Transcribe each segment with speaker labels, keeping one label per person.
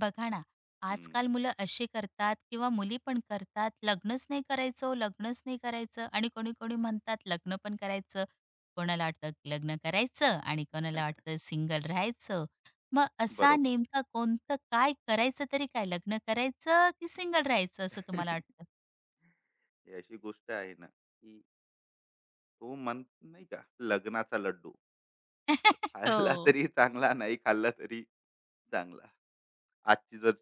Speaker 1: बघा ना,
Speaker 2: हं.
Speaker 1: आजकाल मुलं असे करतात किंवा मुली पण करतात, लग्नच नाही करायचं ओ, लग्नच नाही करायचं आणि कोणी-कोणी म्हणतात लग्न पण करायचं. कोणाला वाटतं लग्न करायचं आणि कोणाला वाटतं सिंगल राहायचं. मग असा
Speaker 2: बरोबर.
Speaker 1: नेमका कोणतं काय करायचं तरी काय? लग्न करायचं की सिंगल राहायचं असं तुम्हाला वाटतं?
Speaker 2: ही अशी गोष्ट आहे ना, की तो मन नाही का लग्नाचा लड्डू. तो खाल्ला
Speaker 1: हो.
Speaker 2: तरी चांगला, नाही खाल्ला तरी चांगला. आजची जर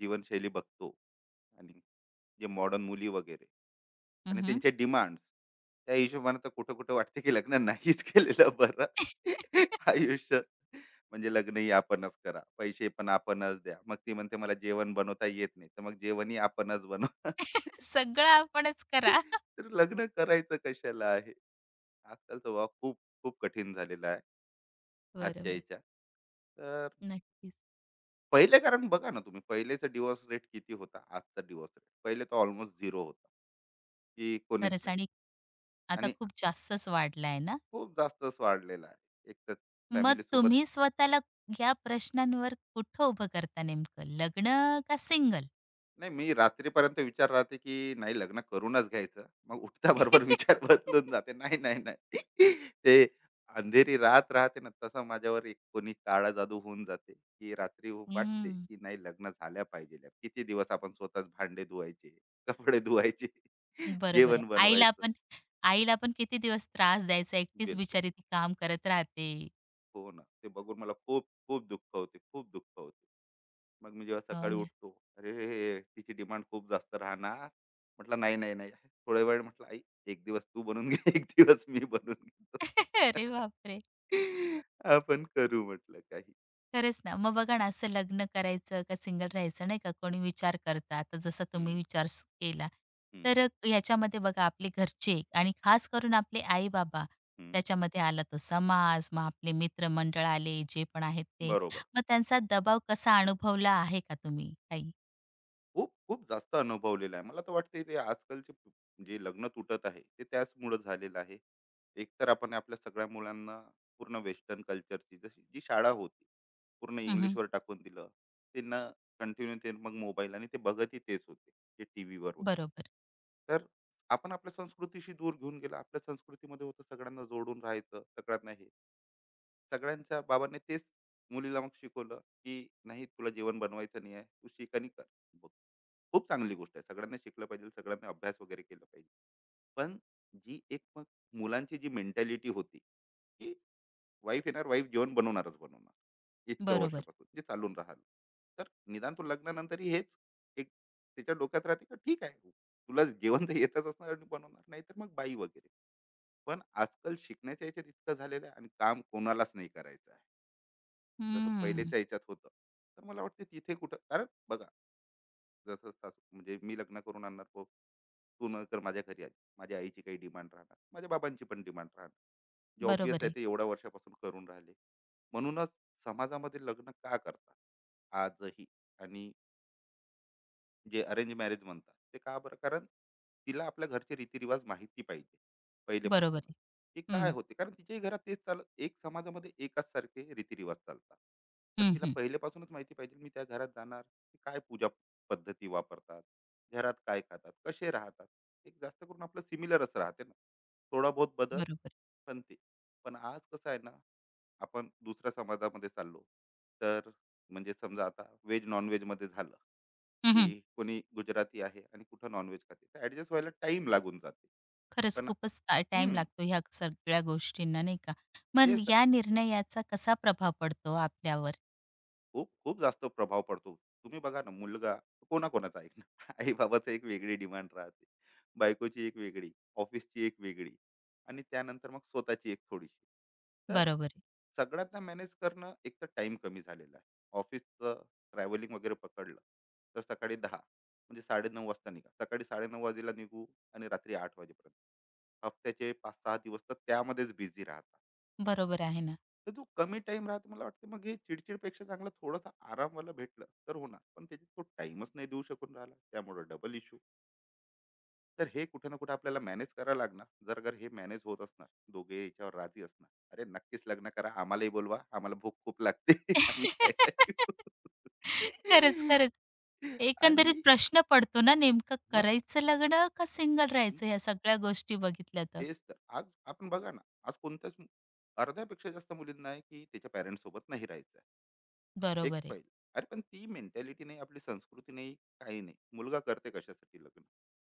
Speaker 2: जीवनशैली बघतो आणि जे मॉडर्न मुली वगैरे आणि
Speaker 1: हं,
Speaker 2: त्यांचे डिमांड्स, त्या हिशोबाने तर कुठं-कुठं वाटते की लग्न नाहीच केलेलं बरं. आयुष्य म्हणजे लग्नही आपणच करा, पैसे पण आपणच द्या. मग ती म्हणते मला जेवण बनवता येत नाही, तर मग जेवणही आपणच बनवा.
Speaker 1: सगळं आपणच करा.
Speaker 2: तर लग्न करायचं कशाला आहे, आजकालचा वाव खूप खूप कठीण झालेला आहे आजच्या
Speaker 1: बरोबर.
Speaker 2: याच्या. तर
Speaker 1: नक्कीच.
Speaker 2: पहिले कारण बघा ना, तुम्ही पहिलेचा डिवोर्स रेट किती होता, आजचा डिवोर्स रेट? पहिले तर ऑलमोस्ट झिरो होता, की कोणीच
Speaker 1: खरंच
Speaker 2: नाही.
Speaker 1: आणि आता
Speaker 2: आणि
Speaker 1: खूप जास्तच वाढला ना?
Speaker 2: खूप जास्तच वाढलेला आहे एक तर
Speaker 1: मग
Speaker 2: फॅमिली सोबत.
Speaker 1: तुम्ही स्वतःला या प्रश्नांवर कुठं उभं करता नेमकं? लग्न का सिंगल?
Speaker 2: नाही, मी रात्रीपर्यंत विचार राहते की नाही लग्न करूनच घ्यायचं, मग उठता बरोबर विचार बदलून जाते, नाही, नाही, नाही. ते अंधेरी रात राहते ना, तसं माझ्यावर एक कोणी काळा जादू होऊन जाते की रात्री वाटते
Speaker 1: हं,
Speaker 2: की नाही लग्न झाल्या पाहिजे. किती दिवस आपण स्वतःच भांडे धुवायचे, कपडे धुवायचे,
Speaker 1: बरोबर आहे.
Speaker 2: जेवण
Speaker 1: आईला
Speaker 2: बनवायचं?
Speaker 1: आपण आईला आपण किती दिवस त्रास द्यायचा? एकटीच
Speaker 2: बिलकुल
Speaker 1: बिचारी ती काम करत राहते.
Speaker 2: हो ना. ते बघून मला खूप, खूप दुःख होते, खूप दुःख होते. मग मी जेव्हा
Speaker 1: हो
Speaker 2: सकाळी
Speaker 1: ना.
Speaker 2: उठतो, अरे! हे, तिची डिमांड खूप जास्त राहणार. म्हटलं, "नाही, नाही, नाही." थोड्या वेळ म्हटलं, "आई, एक दिवस तू बनवून घे, एक दिवस मी बनवून घेतो."
Speaker 1: अरे बापरे!
Speaker 2: आपण करू म्हटलं काही.
Speaker 1: खरंच ना. मग बघा ना, असं लग्न करायचं का सिंगल राहायचं नाही का, कोणी विचार करतं. आता जसा
Speaker 2: हं,
Speaker 1: तुम्ही विचार स केला.
Speaker 2: हं,
Speaker 1: तर
Speaker 2: हं,
Speaker 1: ह्याच्यामध्ये बघा आपले घरचे आणि खास करून आपले आई-बाबा,
Speaker 2: हं.
Speaker 1: त्याच्यामध्ये आला तो समाज, मग आपले मित्रमंडळ आले, जे पण आहेत ते.
Speaker 2: बरोबर.
Speaker 1: मग त्यांचा दबाव कसा अनुभवला आहे का तुम्ही काही?
Speaker 2: खूप खूप जास्त अनुभवलेलं आहे. मला तर वाटतंय ते आजकालचे जे लग्न तुटत आहे, ते त्याचमुळं झालेलं आहे. एकतर आपण आपल्या सगळ्या मुलांना पूर्ण वेस्टर्न कल्चरची, जशी जी शाळा होती, पूर्ण
Speaker 1: हं,
Speaker 2: इंग्लिशवर टाकून दिलं. त्यांना कंटिन्यू ते मग मोबाईल आणि ते बघतही तेच होते, ते टीव्हीवर वगैरे.
Speaker 1: बरोबर,
Speaker 2: तर आपण आपल्या संस्कृतीशी दूर घेऊन गेलो. आपल्या संस्कृतीमध्ये होतं सगळ्यांना जोडून राहायचं, सगळ्यांना हे. सगळ्यांच्या बाबांनी तेच मुलीला मग शिकवलं, की "नाही तुला जेवण बनवायचं नाही आहे, तू शिक आणि कर." खूप चांगली गोष्ट आहे. सगळ्यांना शिकलं पाहिजे, सगळ्यांनी अभ्यास वगैरे केला पाहिजे. पण जी एक मग मुलांची जी मेंटॅलिटी होती, की वाईफ येणार, वाईफ जेवण बनवणारच बनवणार. इतक्या
Speaker 1: बरोबर.
Speaker 2: वर्षापासून जे चालून राहिलं. तर निदान तो लग्नानंतरही हेच एक त्याच्या डोक्यात राहते, की ठीक आहे, तुला जेवण तर येतच असणार आणि बनवणार, नाहीतर मग बाई वगैरे. पण आजकाल शिकण्याच्या ह्याच्यात इतकं झालेलं आहे आणि काम कोणालाच नाही करायचं आहे. जसं
Speaker 1: हम्म.
Speaker 2: पहिलेच्या ह्याच्यात होतं. तर मला वाटतं तिथे कुठं कारण बघा, जसं सासू म्हणजे मी लग्न करून आणणार तो, तू न कर, माझ्या घरी आली माझ्या आईची काही डिमांड राहणार, माझ्या बाबांची पण डिमांड राहणार, जे ऑब्विस
Speaker 1: बरोबर
Speaker 2: आहे
Speaker 1: आहे.
Speaker 2: ते एवढ्या वर्षापासून करून राहिले. म्हणूनच समाजामध्ये लग्न का करतात आजही, आणि जे अरेंज मॅरेज म्हणतात ते का? बरं, कारण तिला आपल्या घरचे रीतिरिवाज माहिती पाहिजे
Speaker 1: बरोबर
Speaker 2: पहिलेपासून.
Speaker 1: आहे.
Speaker 2: की काय
Speaker 1: हं.
Speaker 2: होते, कारण तिच्याही घरात तेच चालत, एक समाजामध्ये एकाच सारखे रीतिरिवाज चालतात. तर
Speaker 1: हं,
Speaker 2: तिला
Speaker 1: हं.
Speaker 2: पहिलेपासूनच माहिती पाहिजे, मी त्या घरात जाणार की काय पूजा पद्धती वापरतात, घरात काय खातात, कसे राहतात. एक जास्त करून आपलं सिमिलरच राहते ना, थोडा बहुत बदल.
Speaker 1: बरोबर.
Speaker 2: पण ते, पण आज कसं आहे ना, आपण दुसऱ्या समाजामध्ये चाललो, तर म्हणजे समजा आता व्हेज नॉन मध्ये झालं, की कोणी गुजराती आहे आणि कुठं नॉनव्हेज खाते, तर ऍडजस्ट व्हायला टाइम लागून जाते.
Speaker 1: खरंच
Speaker 2: पण
Speaker 1: खूपच टाईम
Speaker 2: हम्म.
Speaker 1: लागतो ह्या सगळ्या गोष्टींना, नाही का?
Speaker 2: हे
Speaker 1: मग
Speaker 2: स-
Speaker 1: या निर्णयाचा कसा प्रभाव पडतो आपल्यावर?
Speaker 2: खूप खूप जास्त प्रभाव पडतो. तुम्ही बघा ना, मुलगा कोणाकोणाचा आहे. आई-बाबाची एक वेगळी डिमांड राहते. बायकोची एक वेगळी, ऑफिसची एक वेगळी आणि त्यानंतर मग स्वतःची एक थोडीशी. तर
Speaker 1: बरोबर आहे.
Speaker 2: सगळ्यांना मॅनेज करणं, एक तर टाईम कमी झालेला आहे. ऑफिसचं ट्रॅव्हलिंग वगैरे पकडलं, तर सकाळी 10 म्हणजे 9:30 वाजता निघा. सकाळी 9:30 वाजेला निघू आणि रात्री 8 वाजेपर्यंत. हफ्त्याचे 5-6 दिवस तर त्यामध्येच बिझी राहतात.
Speaker 1: बरोबर आहे ना.
Speaker 2: तर तो कमी टाईम राहते मला वाटतं, मग हे चिडचिडपेक्षा चांगला थोडासा आराम मला भेटलं तर होणार. पण त्याच्यात तो टाईमच नाही देऊ शकून राहिला. त्यामुळे डबल इश्यू. तर हे कुठे ना कुठे आपल्याला मॅनेज करावं लागणार. जर जर हे मॅनेज होत असणार, दोघे याच्यावर राजी असणार, अरे नक्कीच लग्न करा. आम्हालाही बोलवा. आम्हाला भूक खूप लागते. आम्ही खायला येऊ.
Speaker 1: खरंच, खरंच.
Speaker 2: आणि
Speaker 1: एकंदरीत प्रश्न पडतो ना, नेमकं
Speaker 2: मग
Speaker 1: करायचं लग्न का सिंगल राहायचं? ह्या सगळ्या गोष्टी बघितल्या तर.
Speaker 2: तेच तर. आज आपण बघा ना, आज अर्ध्यापेक्षा जास्त मुलींना आहे, की त्याच्या पॅरेंट्स सोबत नाही राहायचं आहे. एक
Speaker 1: बरोबर आहे.
Speaker 2: पहिलं. अरे पण ती मेंटॅलिटी नाही, आपली संस्कृती नाही, काही नाही. मुलगा करते कशासाठी लग्न? की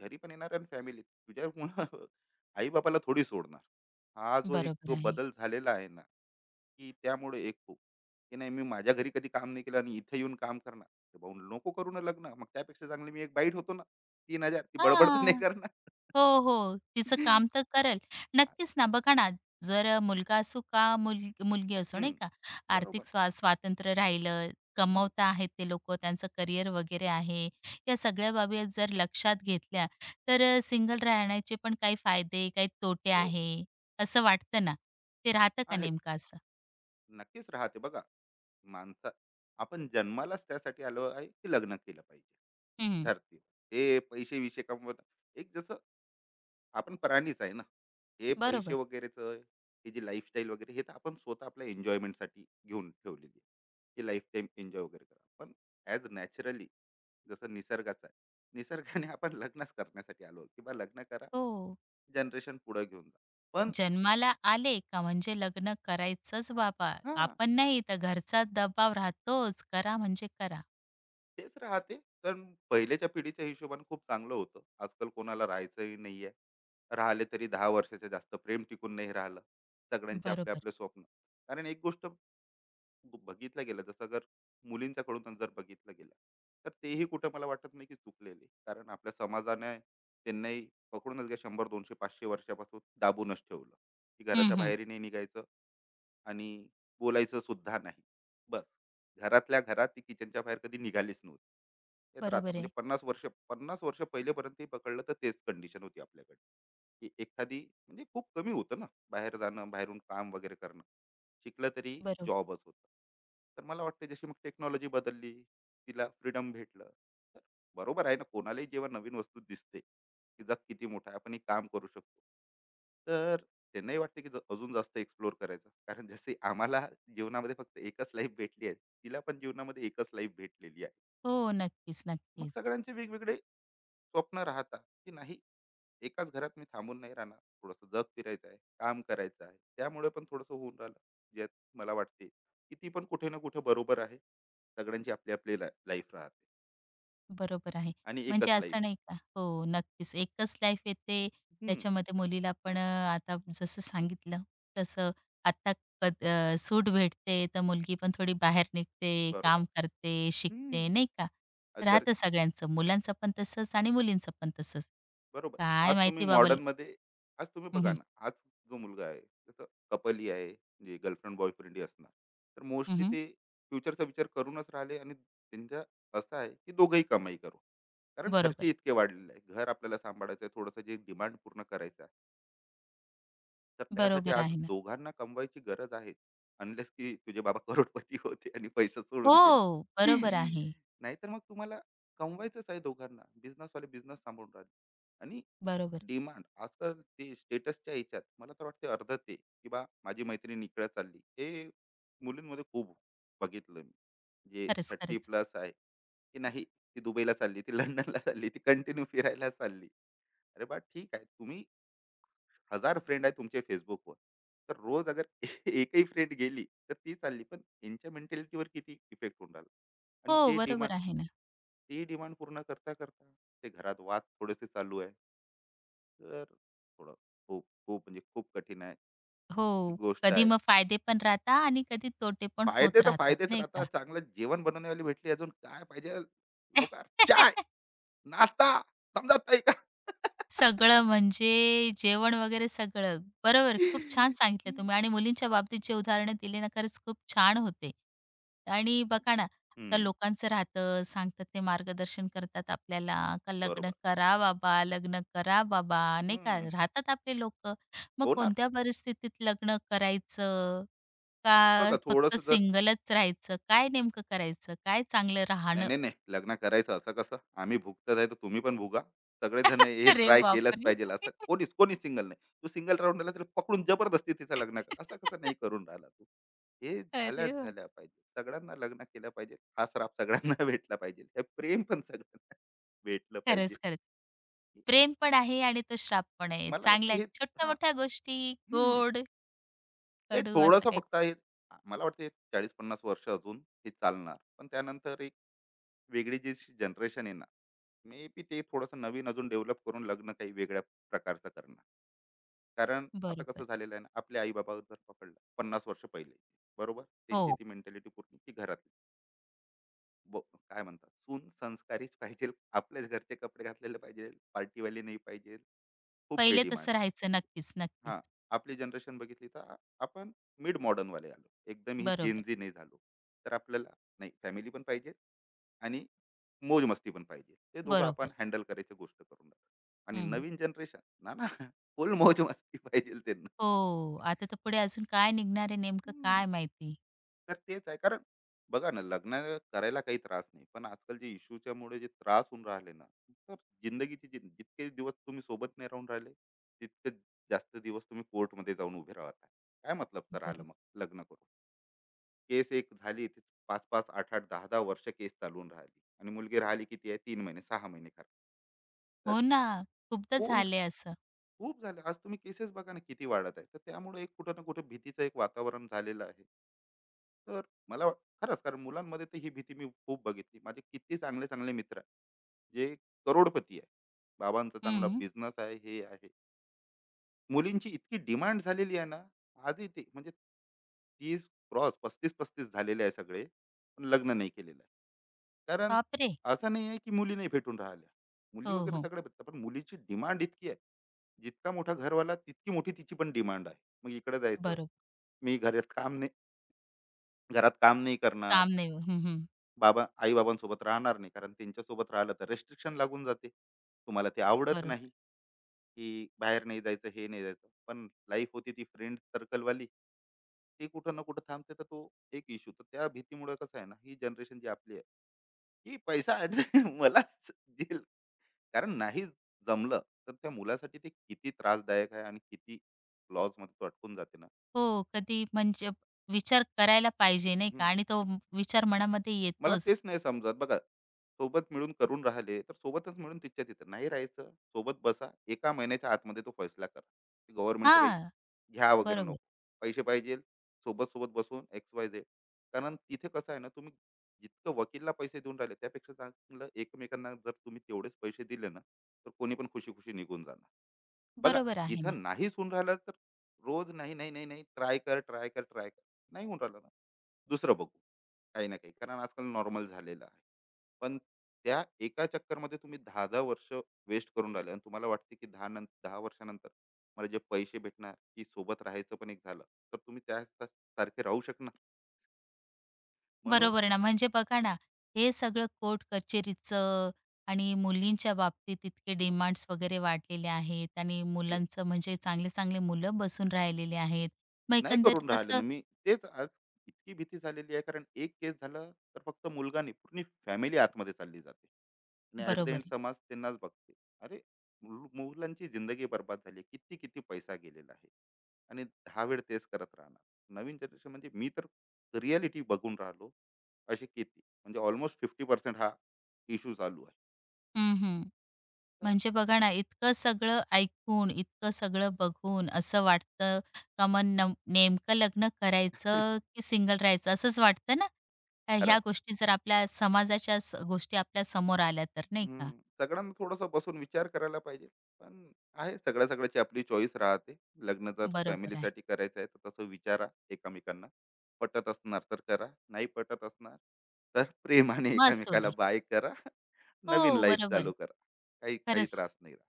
Speaker 2: घरी पण येणार आणि फॅमिलीत. तुझ्यामुळं आई-बाबाला थोडी सोडणार. हा जो एक
Speaker 1: बरोबर
Speaker 2: जो
Speaker 1: आहे.
Speaker 2: बदल झालेला आहे ना, की त्यामुळे एक खूप, की नाही मी माझ्या घरी कधी काम नाही केलं आणि इथे येऊन काम करणार. तर भाऊ नको करू ना लग्न. मग त्यापेक्षा चांगली मी एक बाईट होतो ना. 3000 ती बडबड तर नाही
Speaker 1: हां.
Speaker 2: करणार.
Speaker 1: हो, हो. तिचं काम तर करेल. नक्कीच ना, बघा ना, जर मुलगा असो का मुलगी असो,
Speaker 2: हं,
Speaker 1: नाही का, आर्थिक
Speaker 2: बरोबर.
Speaker 1: स्वा स्वातंत्र्य राहिलं,
Speaker 2: हं,
Speaker 1: कमवता आहेत ते लोकं, त्यांचं करिअर वगैरे आहे. या सगळ्या बाबी जर लक्षात घेतल्या, तर सिंगल राहण्याचे पण काही फायदे, काही तोटे
Speaker 2: हो.
Speaker 1: आहे, असं वाटतं ना. ते राहतं का
Speaker 2: आहे.
Speaker 1: नेमकं असं?
Speaker 2: नक्कीच राहते बघा. माणसं आपण जन्मालाच त्यासाठी आलो आहे, की लग्न केलं पाहिजे
Speaker 1: हं,
Speaker 2: धरतीवर. हे पैसे-विसे कमवणं, एक जसं आपण प्राणीच आहे ना. हे पैसे
Speaker 1: बरोबर.
Speaker 2: वगैरेचं, हे जी लाईफस्टाईल वगैरे, हे तर आपण स्वतः आपल्या एन्जॉयमेंटसाठी घेऊन ठेवलेली आहे, की लाईफटाईम एन्जॉय वगैरे करा. पण ॲज नॅचरली, जसं निसर्गाचं आहे. निसर्गाने आपण लग्नच करण्यासाठी आलो, की लग्न करा,
Speaker 1: हो.
Speaker 2: जनरेशन पुढे घेऊन जा. पण
Speaker 1: जन्माला आले का म्हणजे लग्न करायचंच बाबा.
Speaker 2: हां.
Speaker 1: आपण नाही तर घरचा दबाव राहतोच, करा म्हणजे करा.
Speaker 2: तेच राहते. तर पहिल्याच्या पिढीच्या हिशोबाने खूप चांगलं होतं. आजकाल कोणाला राहायचंही नाहीये. राहिले तरी दहा वर्षाच्या जास्त प्रेम टिकून नाही राहिलं. सगळ्यांचे आपले
Speaker 1: बरोबर.
Speaker 2: आपले स्वप्न. कारण एक गोष्ट बघितलं गेलं, जसं जर मुलींच्याकडून जर बघितलं गेलं, तर तेही कुठं मला वाटत नाही की चुकलेले, कारण आपल्या समाजाने त्यांनाही पकडूनच, घ्या शंभर दोनशे पाचशे वर्षापासून दाबूनच ठेवलं, की
Speaker 1: हं,
Speaker 2: घराच्या
Speaker 1: हं.
Speaker 2: बाहेरही नाही निघायचं आणि बोलायचं सुद्धा नाही. बस घरातल्या घरात, ती किचनच्या बाहेर कधी निघालीच नव्हती. ते तर आता
Speaker 1: बरोबर
Speaker 2: म्हणजे
Speaker 1: आहे.
Speaker 2: पन्नास वर्ष, पन्नास वर्ष पहिलेपर्यंत ते पकडलं, तर तेच कंडिशन होती आपल्याकडे. की एखादी म्हणजे खूप कमी होतं ना, बाहेर जाणं, बाहेरून काम वगैरे करणं. शिकलं तरी
Speaker 1: बरोबर.
Speaker 2: जॉबच होता. तर मला वाटतं जशी मग टेक्नॉलॉजी बदलली, तिला फ्रीडम भेटलं. तर बरोबर आहे ना, कोणालाही जेव्हा नवीन वस्तू दिसते की जग किती मोठं आहे, आपण हे काम करू शकतो, तर त्यांनाही वाटते की अजून जास्त एक्सप्लोअर करायचं. कारण जसे आम्हाला जीवनामध्ये फक्त एकच लाईफ भेटली आहे, तिला पण जीवनामध्ये एकच लाईफ भेटलेली आहे.
Speaker 1: हो, नक्कीच,
Speaker 2: मग
Speaker 1: नक्कीच.
Speaker 2: सगळ्यांचे वेगवेगळे स्वप्न राहतात की नाही, एकाच घरात मी थांबून नाही राहणार, थोडस जग फिरायचं आहे, काम करायचं आहे. त्यामुळे पण थोडस होऊन राहिलं जे, मला वाटते की ती पण कुठे ना कुठे बरोबर आहे. सगळ्यांची आपली आपली लाईफ राहते
Speaker 1: बरोबर आहे.
Speaker 2: आणि
Speaker 1: म्हणजे
Speaker 2: एकच लाईफ.
Speaker 1: असं नाही का हो, नक्कीच. एकच लाईफ येते.
Speaker 2: हम्म.
Speaker 1: त्याच्यामध्ये मुलीला पण आता जसं सांगितलं तसं आता सूट भेटते, तर मुलगी पण थोडी बाहेर निघते, काम
Speaker 2: बरोबर.
Speaker 1: करते, शिकते,
Speaker 2: हम्म.
Speaker 1: नाही का?
Speaker 2: अ, घर.
Speaker 1: राहतं सगळ्यांचं. मुलांचं पण तसंच आणि मुलींचं पण तसंच.
Speaker 2: बरोबर.
Speaker 1: काय
Speaker 2: आज तुम्ही
Speaker 1: माहिती बाबा.
Speaker 2: मॉडर्नमध्ये, आज तुम्ही
Speaker 1: हं,
Speaker 2: बघा
Speaker 1: हं.
Speaker 2: ना, आज जो मुलगा आहे, जसं कपल ही आहे, जे गर्लफ्रेंड बॉयफ्रेंड ही असणार. तर मोस्टली ते फ्युचरचा विचार करूनच राहिले आणि त्यांचा असं आहे, की दोघंही कमाई करू. कारण
Speaker 1: बरोबर.
Speaker 2: खर्चे इतके वाढलेले आहे. घर आपल्याला सांभाळायचं आहे, थोडंसं जे डिमांड पूर्ण करायचं, तर त्यासाठी
Speaker 1: बरोबर
Speaker 2: आज
Speaker 1: आहे ना.
Speaker 2: दोघांना कमवायची गरज आहे. अनलेस की तुझे बाबा करोडपती होते आणि पैसे सोडून
Speaker 1: हो,
Speaker 2: गेले.
Speaker 1: बरोबर आहे.
Speaker 2: नाहीतर मग तुम्हाला कमवायचंच आहे दोघांना. बिझनेसवाले बिझनेस सांभाळून राहिले. आणि
Speaker 1: बरोबर.
Speaker 2: डिमांड आजकाल ते स्टेटसच्या ह्याच्यात, मला तर वाटते अर्ध ते, की बा माझी मैत्रीण इकडे चालली, हे मुलींमध्ये खूप बघितलं मी, जे
Speaker 1: खरंच,
Speaker 2: थर्टी
Speaker 1: खरंच.
Speaker 2: प्लस आहे की नाही, ती दुबईला चालली, ती लंडनला चालली, ती कंटिन्यू फिरायला चालली. अरे बा ठीक आहे, तुम्ही हजार फ्रेंड आहे तुमचे फेसबुकवर, तर रोज अगर एकही फ्रेंड गेली तर ती चालली, पण यांच्या मेंटॅलिटीवर किती इफेक्ट होऊन राहिला. आणि
Speaker 1: हो,
Speaker 2: ते डिमांड,
Speaker 1: बरोबर आहे ना.
Speaker 2: ती डिमांड पूर्ण करता करता, ते घरात वाद थोडेसे चालू आहे, तर थोडं खूप खूप म्हणजे खूप कठीण आहे ही
Speaker 1: हो,
Speaker 2: गोष्ट
Speaker 1: कधी
Speaker 2: आहे.
Speaker 1: मग फायदे पण राहता आणि कधी तोटे पण होत
Speaker 2: फायदे तर
Speaker 1: राहतात,
Speaker 2: फायदेच
Speaker 1: नाही
Speaker 2: राहतात,
Speaker 1: का?
Speaker 2: चांगलं जेवण बनवण्यावाली भेटली, अजून काय पाहिजे? लवकर चाय नाश्ता, समजत नाही का?
Speaker 1: सगळं म्हणजे जेवण वगैरे सगळं. बरोबर, खूप छान सांगितलं तुम्ही आणि मुलींच्या बाबतीत जे उदाहरणं दिली ना, खरंच खूप छान होते. आणि बघा ना, तर
Speaker 2: हम्म.
Speaker 1: लोकांचं राहतं, सांगतात ते मार्गदर्शन करतात आपल्याला, का लग्न
Speaker 2: बरोबर.
Speaker 1: करा बाबा, लग्न करा बाबा, नाही का?
Speaker 2: हम्म.
Speaker 1: राहतात आपले लोकं. मग
Speaker 2: होणार.
Speaker 1: कोणत्या परिस्थितीत लग्न करायचं? का
Speaker 2: बघा,
Speaker 1: फक्त
Speaker 2: थोडस जर,
Speaker 1: सिंगलच राहायचं? काय नेमकं करायचं? काय चांगलं
Speaker 2: नाही,
Speaker 1: राहणं?
Speaker 2: नाही, नाही. लग्न करायचं असं कसं? आम्ही भुगतत आहे, तर तुम्ही पण भुगा. सगळेजण हे
Speaker 1: अरे
Speaker 2: ट्राय केलंच
Speaker 1: बापरे!
Speaker 2: पाहिजे. असं कोणीच, कोणीच सिंगल नाही. तू सिंगल राहून राहिला तर पकडून जबरदस्ती तिचं लग्न कर. असं कसं नाही करून राहिला तू? हे
Speaker 1: अरे
Speaker 2: झाल्याच झाल्या पाहिजे. सगळ्यांना लग्न केलं पाहिजे. हा श्राप सगळ्यांना भेटला पाहिजे. हे प्रेम पण सगळ्यांना भेटलं पाहिजे.
Speaker 1: खरंच, खरंच. प्रेम पण आहे आणि तो श्राप पण आहे.
Speaker 2: मला वाटतं
Speaker 1: चांगल्या
Speaker 2: हे, हां.
Speaker 1: छोट्या-मोठ्या गोष्टी
Speaker 2: हं.
Speaker 1: गोड,
Speaker 2: हे
Speaker 1: कडू असं
Speaker 2: थोडंसं
Speaker 1: काही
Speaker 2: फक्त आहे. मला वाटतं 40-50 वर्ष अजून हे चालणार. पण त्यानंतर एक वेगळी जी जनरेशन येणार, मे बी ते थोडंसं नवीन अजून डेव्हलप करून लग्न काही वेगळ्या प्रकारचं करणार. कारण आता कसं
Speaker 1: बरोबर.
Speaker 2: झालेलं आहे ना, आपले आई-बाबा जर पकडलं, 50 वर्ष पहिले, बरोबर? त्यांची
Speaker 1: हो,
Speaker 2: ती मेंटॅलिटी पूर्ण की घरातली. ब काय म्हणतात, सून संस्कारीच पाहिजे, आपल्याच घरचे कपडे घातलेले पाहिजे, पार्टीवाली नाही पाहिजे, खूप काही
Speaker 1: पहिले
Speaker 2: डिमांड.
Speaker 1: तसं राहायचं. नक्कीच, नक्कीच.
Speaker 2: हां. आपली जनरेशन बघितली तर आपण मिड मॉडर्न वाले आलो. एकदम ही
Speaker 1: बरोबर,
Speaker 2: जेन-झी नाही झालो. तर आपल्याला नाही, फॅमिली पण पाहिजे आणि मौज-मस्ती पण पाहिजे. ते दोघं
Speaker 1: बरोबर.
Speaker 2: आपण हँडल करायची गोष्ट करून राहिलो. आणि
Speaker 1: हं.
Speaker 2: नवीन जनरेशन ना, ना. फुल मौज-मस्ती पाहिजे त्यांना.
Speaker 1: हो, आता तर पुढे अजून काय निघणार आहे नेमकं
Speaker 2: हं.
Speaker 1: काय माहिती.
Speaker 2: तर तेच आहे. कारण बघा ना, लग्न करायला काही त्रास नाही. पण आजकाल जे इश्यूच्यामुळे जे त्रास होऊन राहिले ना, तर जिंदगीचे जितके दिवस तुम्ही सोबत नाही राहून राहिले, तितके जास्त दिवस तुम्ही कोर्टमध्ये जाऊन उभे राहत आहे. काय मतलबचं राहिलं
Speaker 1: बरोबर.
Speaker 2: मग लग्न करून? केस एक झाली, ती 5-5, 8-8, 10-10 वर्ष केस चालून राहिली आणि मुलगी राहिली किती आहे, 3 महिने, 6 महिने खरं. तर
Speaker 1: हो ना, खूपदा
Speaker 2: कोण,
Speaker 1: झालंय असं.
Speaker 2: खूप झाले, आज तुम्ही केसेस बघा ना किती वाढत आहे, तर त्यामुळे एक कुठं ना कुठं भीतीचं एक वातावरण झालेलं आहे. तर मला खरंच, कारण मुलांमध्ये तर ही भीती मी खूप बघितली. माझे किती चांगले चांगले मित्र आहे जे करोडपती आहे, बाबांचा चांगला
Speaker 1: हं.
Speaker 2: बिझनेस आहे, हे आहे. मुलींची इतकी डिमांड झालेली आहे ना आजही, ते म्हणजे 30 क्रॉस, 35-35 झालेले आहे सगळे, पण लग्न नाही केलेलं आहे. कारण
Speaker 1: बापरे!
Speaker 2: असं नाही आहे की मुली नाही भेटून राहिल्या. मुली
Speaker 1: हो,
Speaker 2: वगैरे
Speaker 1: हो.
Speaker 2: सगळ्या भेटतात, पण मुलीची डिमांड इतकी आहे. जितका मोठा घरवाला तितकी मोठी तिची पण डिमांड आहे. मग इकडे जायचं,
Speaker 1: बरोबर.
Speaker 2: मी घरात काम नाही घरात काम नाही करणार,
Speaker 1: काम नाही हं, हं.
Speaker 2: बाबा आई-बाबांसोबत राहणार नाही, कारण त्यांच्यासोबत राहिलं तर रिस्ट्रिक्शन लागून जाते. तुम्हाला ते आवडत नाही,
Speaker 1: बरोबर.
Speaker 2: की बाहेर नाही जायचं, हे नाही जायचं. पण लाईफ होती ती फ्रेंड सर्कलवाली. ते कुठं ना कुठं थांबते, तर तो एक इश्यू. तर त्या भीतीमुळे कसं आहे ना, ही जनरेशन जी आपली आहे, ही पैसा आणि मला देईल, कारण नाही जमलं तर त्या मुलासाठी ते किती त्रासदायक आहे आणि किती लॉसमध्ये तो अटकून जाते ना.
Speaker 1: हो, कधी म्हणजे विचार करायला पाहिजे नाही का आणि तो विचार मनामध्ये
Speaker 2: मला
Speaker 1: येतोच.
Speaker 2: तेच नाही समजत बघा, सोबत मिळून करून राहिले तर सोबतच मिळून, तिच्या तिथं नाही राहायचं, सोबत बसा. एका महिन्याच्या आतमध्ये तो फैसला करा. गव्हर्नमेंटचं काही
Speaker 1: हां,
Speaker 2: घ्या वगैरे
Speaker 1: बरोबर.
Speaker 2: नको. पैसे पाहिजे, सोबत सोबत बसून एक्स वाय झेड. कारण तिथे कसं आहे ना, तुम्ही जितकं वकीलला पैसे देऊन राहिले, त्यापेक्षा चांगलं एकमेकांना जर तुम्ही तेवढेच पैसे दिले ना, तर कोणी पण खुशी खुशी निघून जाणार बघा.
Speaker 1: बरोबर आहे ना.
Speaker 2: जिथं नाही होऊन राहिलं तर रोज नाही नाही नाही नाही, ट्राय कर, ट्राय कर, ट्राय कर, नाही होऊन राहिलं ना, दुसरं बघू. काही ना काही कारण आजकाल नॉर्मल झालेलं आहे. पण त्या एका चक्करमध्ये तुम्ही दहा दहा वर्ष वेस्ट करून राहिले, आणि तुम्हाला वाटते की दहा नं दहा वर्षानंतर मला जे पैसे भेटणार की सोबत राहायचं, पण एक झालं तर तुम्ही त्या सारखे राहू शकणार. म्हणून,
Speaker 1: बरोबर आहे ना. म्हणजे बघा ना, हे सगळं कोर्ट कचेरीचं आणि मुलींच्या बाबतीत इतके
Speaker 2: मग
Speaker 1: डिमांड्स वगैरे वाढलेले आहेत आणि
Speaker 2: ते
Speaker 1: मुलांचं म्हणजे चांगले-चांगले मुलं बसून राहिलेले आहेत. मग
Speaker 2: नाही करून
Speaker 1: एकंदरीत
Speaker 2: राहिले
Speaker 1: असं
Speaker 2: ना मी, तेच आज इतकी भीती झालेली आहे. कारण एक केस झालं तर फक्त मुलगा नाही, पूर्ण फॅमिली आतमध्ये चालली जाते, आणि ऍट द
Speaker 1: बरोबर
Speaker 2: एंड
Speaker 1: आहे.
Speaker 2: समाज त्यांनाच बघते. अरे मुलांची जिंदगी बर्बाद झाली, किती किती पैसा गेलेला आहे, आणि दहा वेळ तेच करत राहणार. नवीन जनरेशन म्हणजे मी तर रियालिटी बघून राहिलो, असे किती म्हणजे ऑलमोस्ट फिफ्टी पर्सेंट हा इश्यू चालू आहे.
Speaker 1: हं, हं.
Speaker 2: तर
Speaker 1: म्हणजे बघा ना, इतकं सगळं ऐकून, इतकं सगळं बघून असं वाटतं का मग नेमकं लग्न करायचं की सिंगल राहायचं असंच वाटतं ना? ह्या
Speaker 2: खरंच.
Speaker 1: गोष्टी जर आपल्या समाजाच्या गोष्टी आपल्या समोर आल्या तर नाही का?
Speaker 2: हम्म, सगळ्यांना थोडासा बसून विचार करायला पाहिजे. पण आहे सगळ्या, सगळ्याची आपली चॉईस राहते. लग्न जर
Speaker 1: बरोबर आहे.
Speaker 2: फॅमिलीसाठी करायचं आहे तर तसं विचारा. एकमेकांना पटत असणार तर करा, नाही पटत असणार तर प्रेमाने
Speaker 1: मग असू
Speaker 2: एकामेकाला
Speaker 1: दे.
Speaker 2: बाय करा, नवीन
Speaker 1: हो,
Speaker 2: लाईफ
Speaker 1: बरोबर आहे.
Speaker 2: चालू करा, काही काही
Speaker 1: खरंच
Speaker 2: त्रास नाही राहत.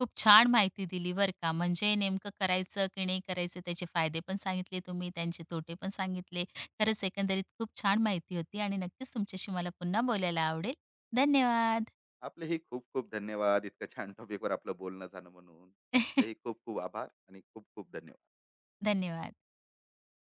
Speaker 1: खूप छान माहिती दिली बरं का. म्हणजे नेमकं करायचं की नाही करायचं त्याचे फायदे पण सांगितले तुम्ही, त्यांचे तोटे पण सांगितले. खरंच एकंदरीत खूप छान माहिती होती आणि नक्कीच तुमच्याशी मला पुन्हा बोलायला आवडेल. धन्यवाद.
Speaker 2: आपले हे खूप खूप धन्यवाद, इतकं छान टॉपिकवर आपलं बोलणं झालं म्हणून. आपले हे खूप खूप आभार आणि खूप खूप धन्यवाद.
Speaker 1: धन्यवाद.